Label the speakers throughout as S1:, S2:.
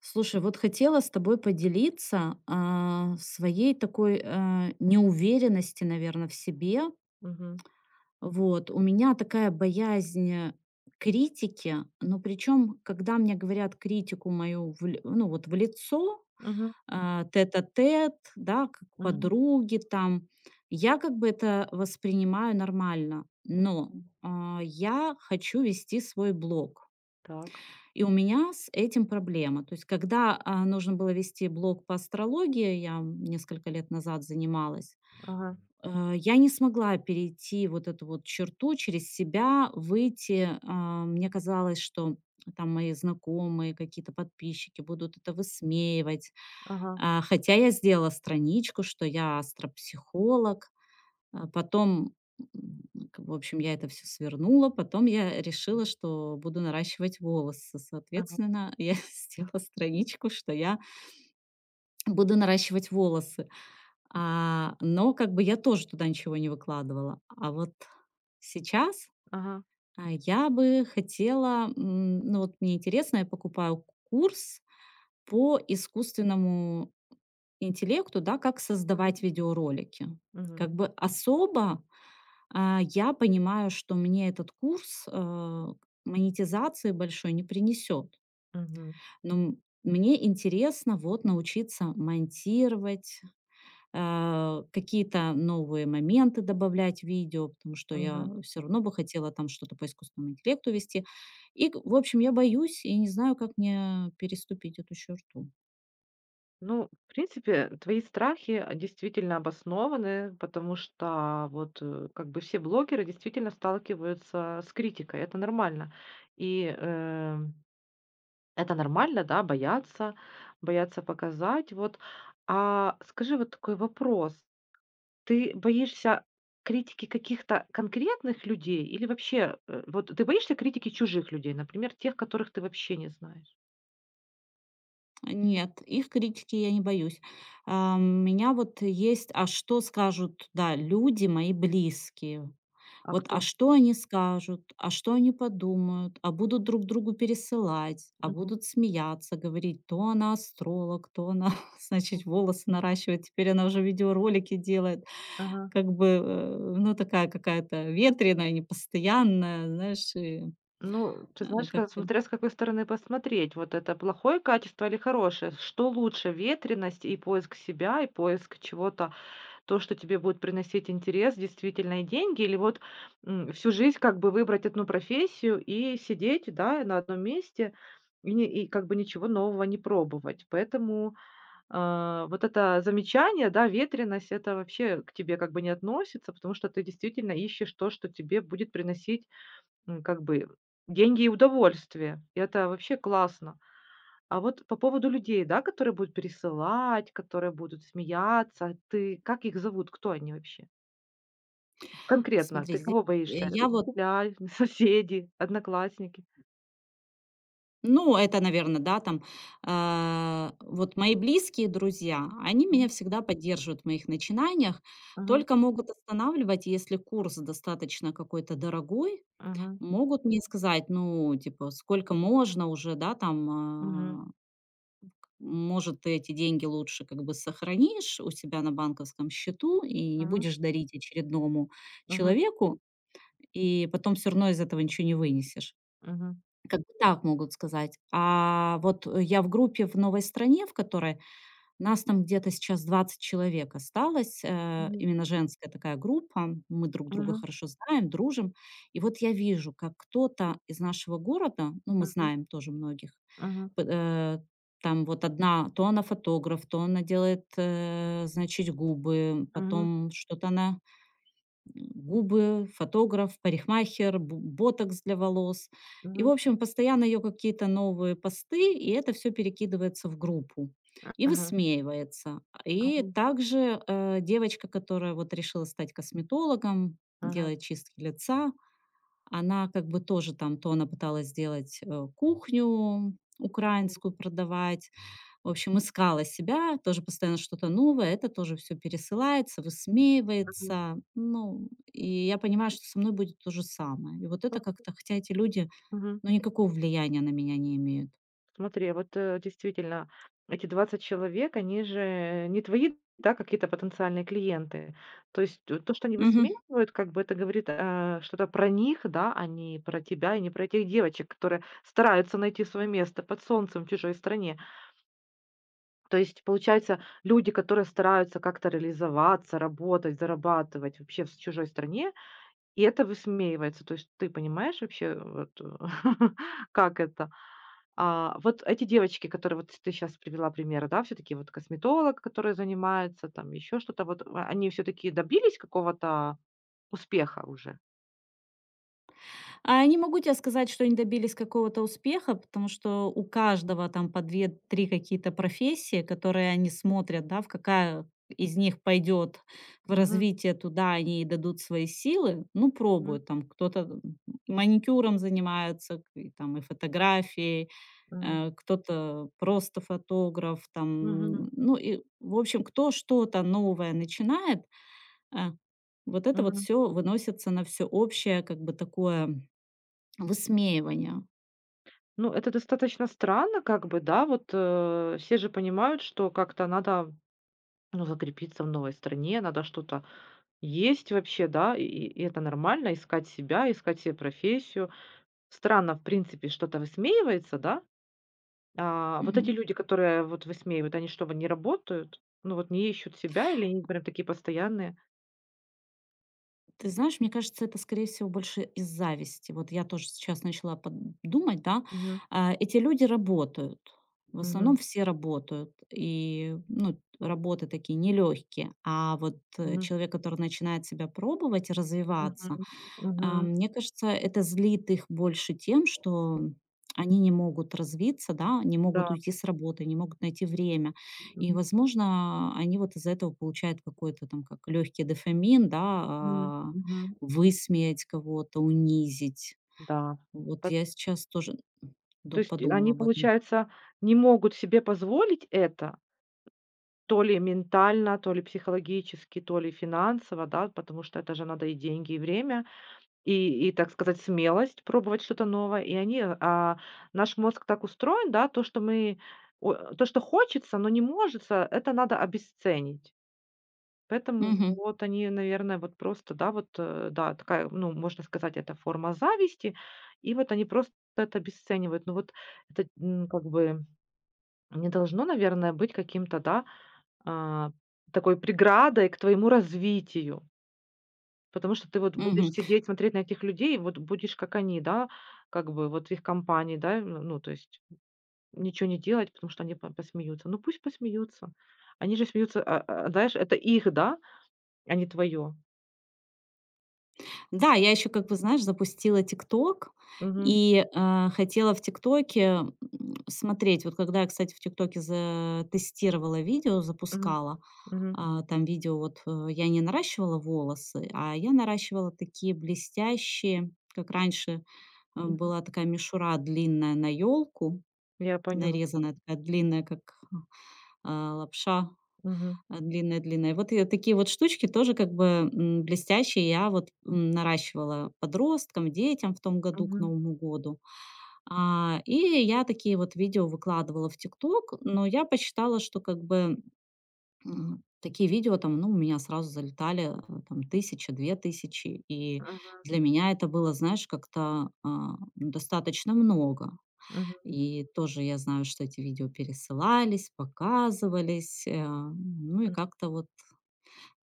S1: Слушай, вот хотела с тобой поделиться своей такой неуверенности, наверное, в себе.
S2: Мгм.
S1: Вот, у меня такая боязнь критики, но причем, когда мне говорят критику мою, ну вот в лицо,
S2: Мгм.
S1: тет-а-тет, да, как
S2: Мгм.
S1: подруги там, я как бы это воспринимаю нормально, но
S2: М.
S1: я хочу вести свой блог.
S2: Так.
S1: И у меня с этим проблема. То есть, когда, нужно было вести блог по астрологии, я несколько лет назад занималась,
S2: Ага.
S1: я не смогла перейти вот эту вот черту, через себя выйти. Мне казалось, что там мои знакомые, какие-то подписчики будут это высмеивать.
S2: Ага.
S1: Хотя я сделала страничку, что я астропсихолог. А потом, м, к в общем, я это все свернула. Потом я решила, что буду наращивать волосы.
S2: Ага.
S1: Соответственно, я сделала страничку, что я буду наращивать волосы. Но как бы я тоже туда ничего не выкладывала. А вот сейчас,
S2: Ага.
S1: я бы хотела, ну, вот мне интересно, я покупаю курс по искусственному интеллекту, да, как создавать
S2: Мгм.
S1: видеоролики.
S2: Мгм.
S1: Как бы особо Я понимаю, что мне этот курс, монетизации большой не принесет.
S2: Мгм.
S1: Но мне интересно вот научиться монтировать, какие-то новые моменты добавлять в видео, потому что я
S2: Мгм.
S1: все равно бы хотела там что-то по искусственному интеллекту вести. И, к в общем, я боюсь и не знаю, как мне переступить эту черту.
S2: Ну, в принципе, твои страхи, действительно обоснованы, потому что вот, как бы все блогеры действительно сталкиваются с критикой. Это нормально. И, это нормально, да, бояться, бояться показать. Вот. А скажи вот такой вопрос. Ты боишься критики каких-то конкретных людей или вообще, вот ты боишься критики чужих людей, например, тех, которых ты вообще не знаешь?
S1: Нет, их критики я не боюсь. У меня вот есть: а что скажут, да, люди мои близкие?
S2: А
S1: Вот, а
S2: кто?
S1: что они скажут, а что они подумают, а будут друг другу пересылать, а
S2: Мгм,
S1: будут смеяться, говорить, то она астролог, то она,
S2: м,
S1: значит, волосы наращивает, теперь она уже видеоролики делает.
S2: ага.
S1: Как бы, ну, такая какая-то ветреная, непостоянная, знаешь, и,
S2: Ну, ты знаешь, как
S1: как-то.
S2: смотря с какой стороны посмотреть, вот это плохое качество или хорошее. Что лучше: ветреность и поиск себя, и поиск чего-то. Что тебе будет приносить интерес, действительно, и деньги, или вот, всю жизнь как бы выбрать одну профессию и сидеть, да, на одном месте и как бы ничего нового не пробовать. Поэтому, вот это замечание, да, ветреность- это вообще к тебе как бы не относится, потому что ты действительно ищешь то, что тебе будет приносить, как бы деньги и удовольствие. И это вообще классно. А вот по поводу людей, да, которые будут пересылать, которые будут смеяться, ты как их зовут? Кто они вообще? Конкретно,
S1: Смотри,
S2: ты
S1: здесь
S2: кого
S1: э,
S2: боишься?
S1: я вот
S2: Учителя, соседи, одноклассники?
S1: ну, это, наверное, да, там, вот мои близкие друзья, они меня
S2: Мгм.
S1: всегда поддерживают в моих начинаниях,
S2: Мгм.
S1: только могут останавливать, если курс достаточно какой-то дорогой,
S2: Мгм.
S1: могут мне сказать, ну, типа, сколько можно уже, да, там,
S2: Мгм.
S1: может, ты эти деньги лучше как бы сохранишь у себя на банковском счету и не будешь дарить очередному
S2: Мгм.
S1: человеку, и потом все равно из этого ничего не вынесешь.
S2: Мгм.
S1: Как бы так могут сказать. А вот, я в группе в новой стране, в которой нас там где-то сейчас 20 человек осталось,
S2: Мгм.
S1: именно женская такая группа. Мы друг друга
S2: Мгм.
S1: хорошо знаем, дружим. И вот я вижу, как кто-то из нашего города, ну, мы знаем тоже многих,
S2: Мгм.
S1: п э, там вот одна, то она фотограф, то она делает, значит, губы,
S2: Мгм.
S1: потом что-то она губы, фотограф, парикмахер, бу ботокс для волос.
S2: Мгм.
S1: И, в
S2: Мгм.
S1: общем, постоянно ее какие-то новые посты, и это все перекидывается в группу и
S2: Мгм.
S1: высмеивается. И также, девочка, которая вот решила стать косметологом,
S2: Мгм.
S1: делает чистки лица, она как бы тоже там, то она пыталась сделать, кухню
S2: Мгм.
S1: украинскую
S2: Мгм.
S1: продавать, в общем, искала себя, тоже постоянно что-то новое, это тоже все пересылается,
S2: Мгм.
S1: высмеивается. Ну, и я понимаю, что со мной будет то же самое. И вот это как-то, хотя эти люди,
S2: Мгм.
S1: ну, никакого влияния на меня не имеют.
S2: Смотри, действительно, эти 20 человек, они же не твои, да, какие-то потенциальные клиенты. То есть т то, что они
S1: Мгм.
S2: высмеивают, как бы это говорит, что-то про них, да, а не про тебя и не про этих девочек, которые стараются найти свое место под солнцем в чужой стране. То есть, получается, люди, которые стараются как-то реализоваться, работать, зарабатывать вообще в с чужой стране, и это высмеивается. То есть ты понимаешь вообще, вот, как это? Вот эти девочки, которые вот ты сейчас привела примеры, да, все таки вот косметолог, который занимается, там еще что-то, вот, они все таки добились какого-то успеха уже?
S1: А я не могу тебе сказать, что они добились какого-то успеха, потому что у каждого там по две-три какие-то профессии, которые они
S2: М.
S1: смотрят, да, в какая из них пойдет в
S2: Мгм,
S1: развитие туда, они и дадут свои силы, ну,
S2: мгм,
S1: пробуют. Там кто-то маникюром занимается, и там и фотографией,
S2: мгм,
S1: кто-то просто фотограф,
S2: мгм,
S1: там, ну, и, в общем, кто что-то новое начинает, а, вот это вот
S2: мгм.
S1: все выносится на все общее, как бы такое высмеивание.
S2: Ну, это достаточно странно, как бы, да, вот, все же понимают, что как-то надо, ну, закрепиться в новой стране, надо что-то есть вообще, да, и это нормально, искать себя, искать себе профессию. Странно, в принципе, что-то высмеивается, да? Вот
S1: Мгм.
S2: эти люди, которые вот высмеивают, они что, вот не работают? Ну, вот не ищут себя или они прям такие постоянные?
S1: Ты знаешь, мне кажется, это, скорее всего, больше из зависти. Вот я тоже сейчас начала думать, да,
S2: Мгм.
S1: эти люди работают. В основном
S2: Мгм.
S1: все работают, и ну, работы такие нелегкие. А вот
S2: Мгм.
S1: человек, который начинает себя пробовать и развиваться,
S2: Мгм.
S1: мне кажется, это злит их больше тем, что
S2: Мгм.
S1: они не могут развиться, да, не могут
S2: Да.
S1: уйти с работы, не могут найти время. И,
S2: Мгм.
S1: возможно, они вот из-за этого получают какой-то там как легкий дофамин, да,
S2: Мгм. Мгм.
S1: высмеять кого-то, унизить.
S2: Да.
S1: Вот
S2: Пот
S1: я сейчас тоже
S2: То есть
S1: подумала
S2: они,
S1: об этом.
S2: получается, не могут себе позволить это, то ли ментально, то ли психологически, то ли финансово, да, потому что это же надо и деньги, и время. И, так сказать, смелость пробовать что-то новое. И они, наш мозг так устроен, да, то, что мы о то, что хочется, но не может это надо обесценить. Поэтому
S1: Мгм.
S2: вот они, наверное, вот просто, да, вот, да, такая, ну, можно сказать, это форма зависти. И вот они просто это обесценивают. Ну, вот это, как бы не должно, наверное, быть каким-то, да, а, такой преградой к твоему развитию. Потому что ты вот будешь
S1: Мгм.
S2: сидеть, смотреть на этих людей, вот будешь как они, да, как бы вот в их компании, да, ну, ну, то есть ничего не делать, потому что они посмеются. Ну пусть посмеются. Они же смеются, знаешь, это их, да, а не твое.
S1: Да, я еще, как бы, знаешь, запустила "Тикток"
S2: Мгм.
S1: и, хотела в "Тиктоке", смотреть. Вот когда я, кстати, в "Тиктоке" за тестировала видео,
S2: Мгм.
S1: запускала,
S2: Мгм.
S1: там видео вот, я не наращивала волосы, а я наращивала такие блестящие, как раньше,
S2: Мгм.
S1: была такая мишура длинная на елку
S2: Я поняла.
S1: нарезанная такая длинная, как, лапша
S2: Мгм.
S1: длинная-длинная. Вот и такие вот штучки тоже как бы, блестящие я вот, наращивала подросткам, детям в том году к
S2: Мгм.
S1: Новому году. И я такие вот видео выкладывала в "Тикток", но я посчитала, что как бы, такие видео там, ну, у меня сразу залетали, там 1000, 2000. И
S2: Мгм.
S1: для меня это было, знаешь, как-то, ну, достаточно много.
S2: Мгм.
S1: И тоже я знаю, что эти видео пересылались, показывались, ну и
S2: Мгм.
S1: как-то вот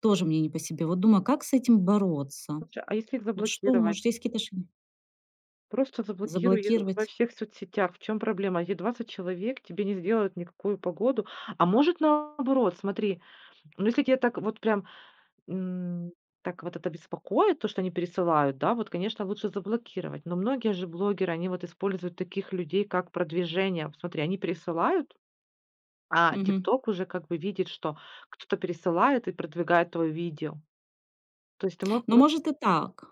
S1: тоже мне не по себе. Вот думаю, а как с этим бороться?
S2: Слушай, а если их
S1: Вот что, может,
S2: заблокировать?
S1: есть какие-то шаги?
S2: Просто заблокируй их во
S1: Заблокировать?
S2: всех соцсетях. В чем проблема? Эти 20 человек тебе не сделают никакую погоду. А может наоборот, смотри, ну, если тебе так вот прям М, так вот это беспокоит, то, что они пересылают, да, вот, конечно, лучше заблокировать. Но многие же блогеры, они вот используют таких людей как продвижение. Вот. Смотри, они пересылают, а
S1: Мгм.
S2: "Тикток" уже как бы видит, что кто-то пересылает и продвигает твое видео. То есть ты можешь
S1: Ну,
S2: про
S1: может, и так.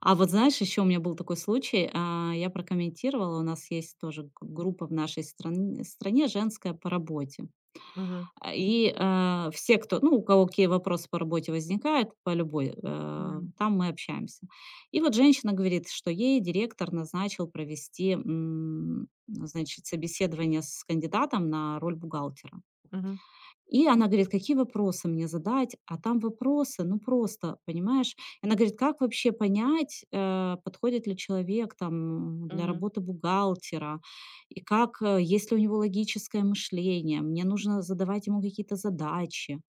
S1: А вот знаешь, еще у меня был такой случай, я прокомментировала, у нас есть тоже группа в нашей стране женская по работе.
S2: Мгм.
S1: И все, кто, ну, у кого какие вопросы по работе возникают, по любой,
S2: Мгм.
S1: там мы общаемся. И вот женщина говорит, что ей директор назначил провести, значит, собеседование с кандидатом на роль бухгалтера.
S2: Мгм.
S1: И она говорит: "Какие вопросы мне задать?" А там вопросы, ну, просто, понимаешь? Она говорит: "Как вообще понять, подходит ли человек там для
S2: Мгм.
S1: работы бухгалтера? И как, есть ли у него логическое мышление? Мне нужно задавать ему какие-то задачи".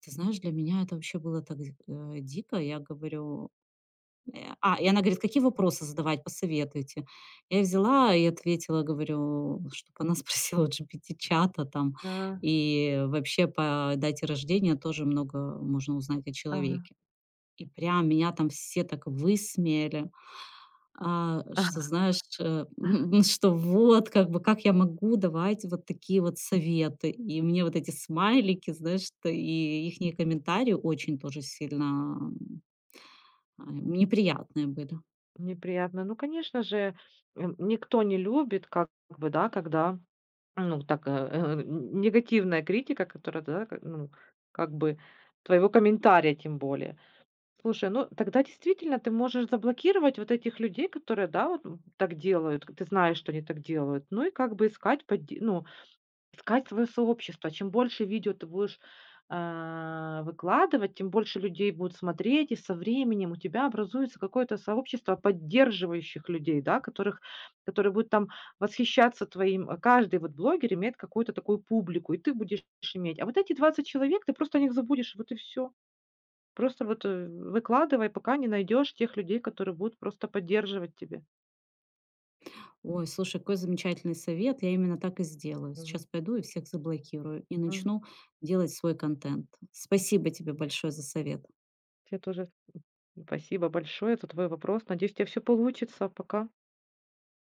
S1: Ты знаешь, для меня это вообще было так, дико. Я говорю. И она говорит: "Какие вопросы задавать, посоветуйте?" Я взяла и ответила, говорю, чтобы она спросила у GPT-чата там,
S2: А,
S1: и вообще по дате рождения тоже много можно узнать о
S2: ага.
S1: человеке. И прям меня там все так высмеяли, что, знаешь, что вот как бы как я могу давать вот такие вот советы. И мне вот эти смайлики, знаешь, т и ихние комментарии очень тоже сильно, м, неприятные были.
S2: Неприятно. Ну, конечно же, никто не любит как бы, да, когда. Ну, так, э, н негативная критика, которая, да, как, ну, как бы твоего комментария тем более. Слушай, ну тогда действительно ты можешь заблокировать вот этих людей, которые, да, вот, так делают. Ты знаешь, что они так делают. Ну и как бы искать искать свое сообщество. А чем больше видео ты будешь, выкладывать, тем больше людей будут смотреть, и со временем у тебя образуется какое-то сообщество поддерживающих людей, да, которых которые будут там восхищаться твоим. А каждый вот блогер имеет какую-то такую публику, и ты будешь иметь. А вот эти 20 человек, ты просто о них забудешь, вот и все. Просто вот, выкладывай, пока не найдешь тех людей, которые будут просто поддерживать тебя.
S1: Ой, слушай, какой замечательный совет. Я именно так и сделаю.
S2: Мгм.
S1: Сейчас пойду и всех заблокирую и
S2: Мгм.
S1: начну делать свой контент. Спасибо тебе большое за совет.
S2: Тебе тоже спасибо большое за твой вопрос. Надеюсь, у тя всё получится. Пока.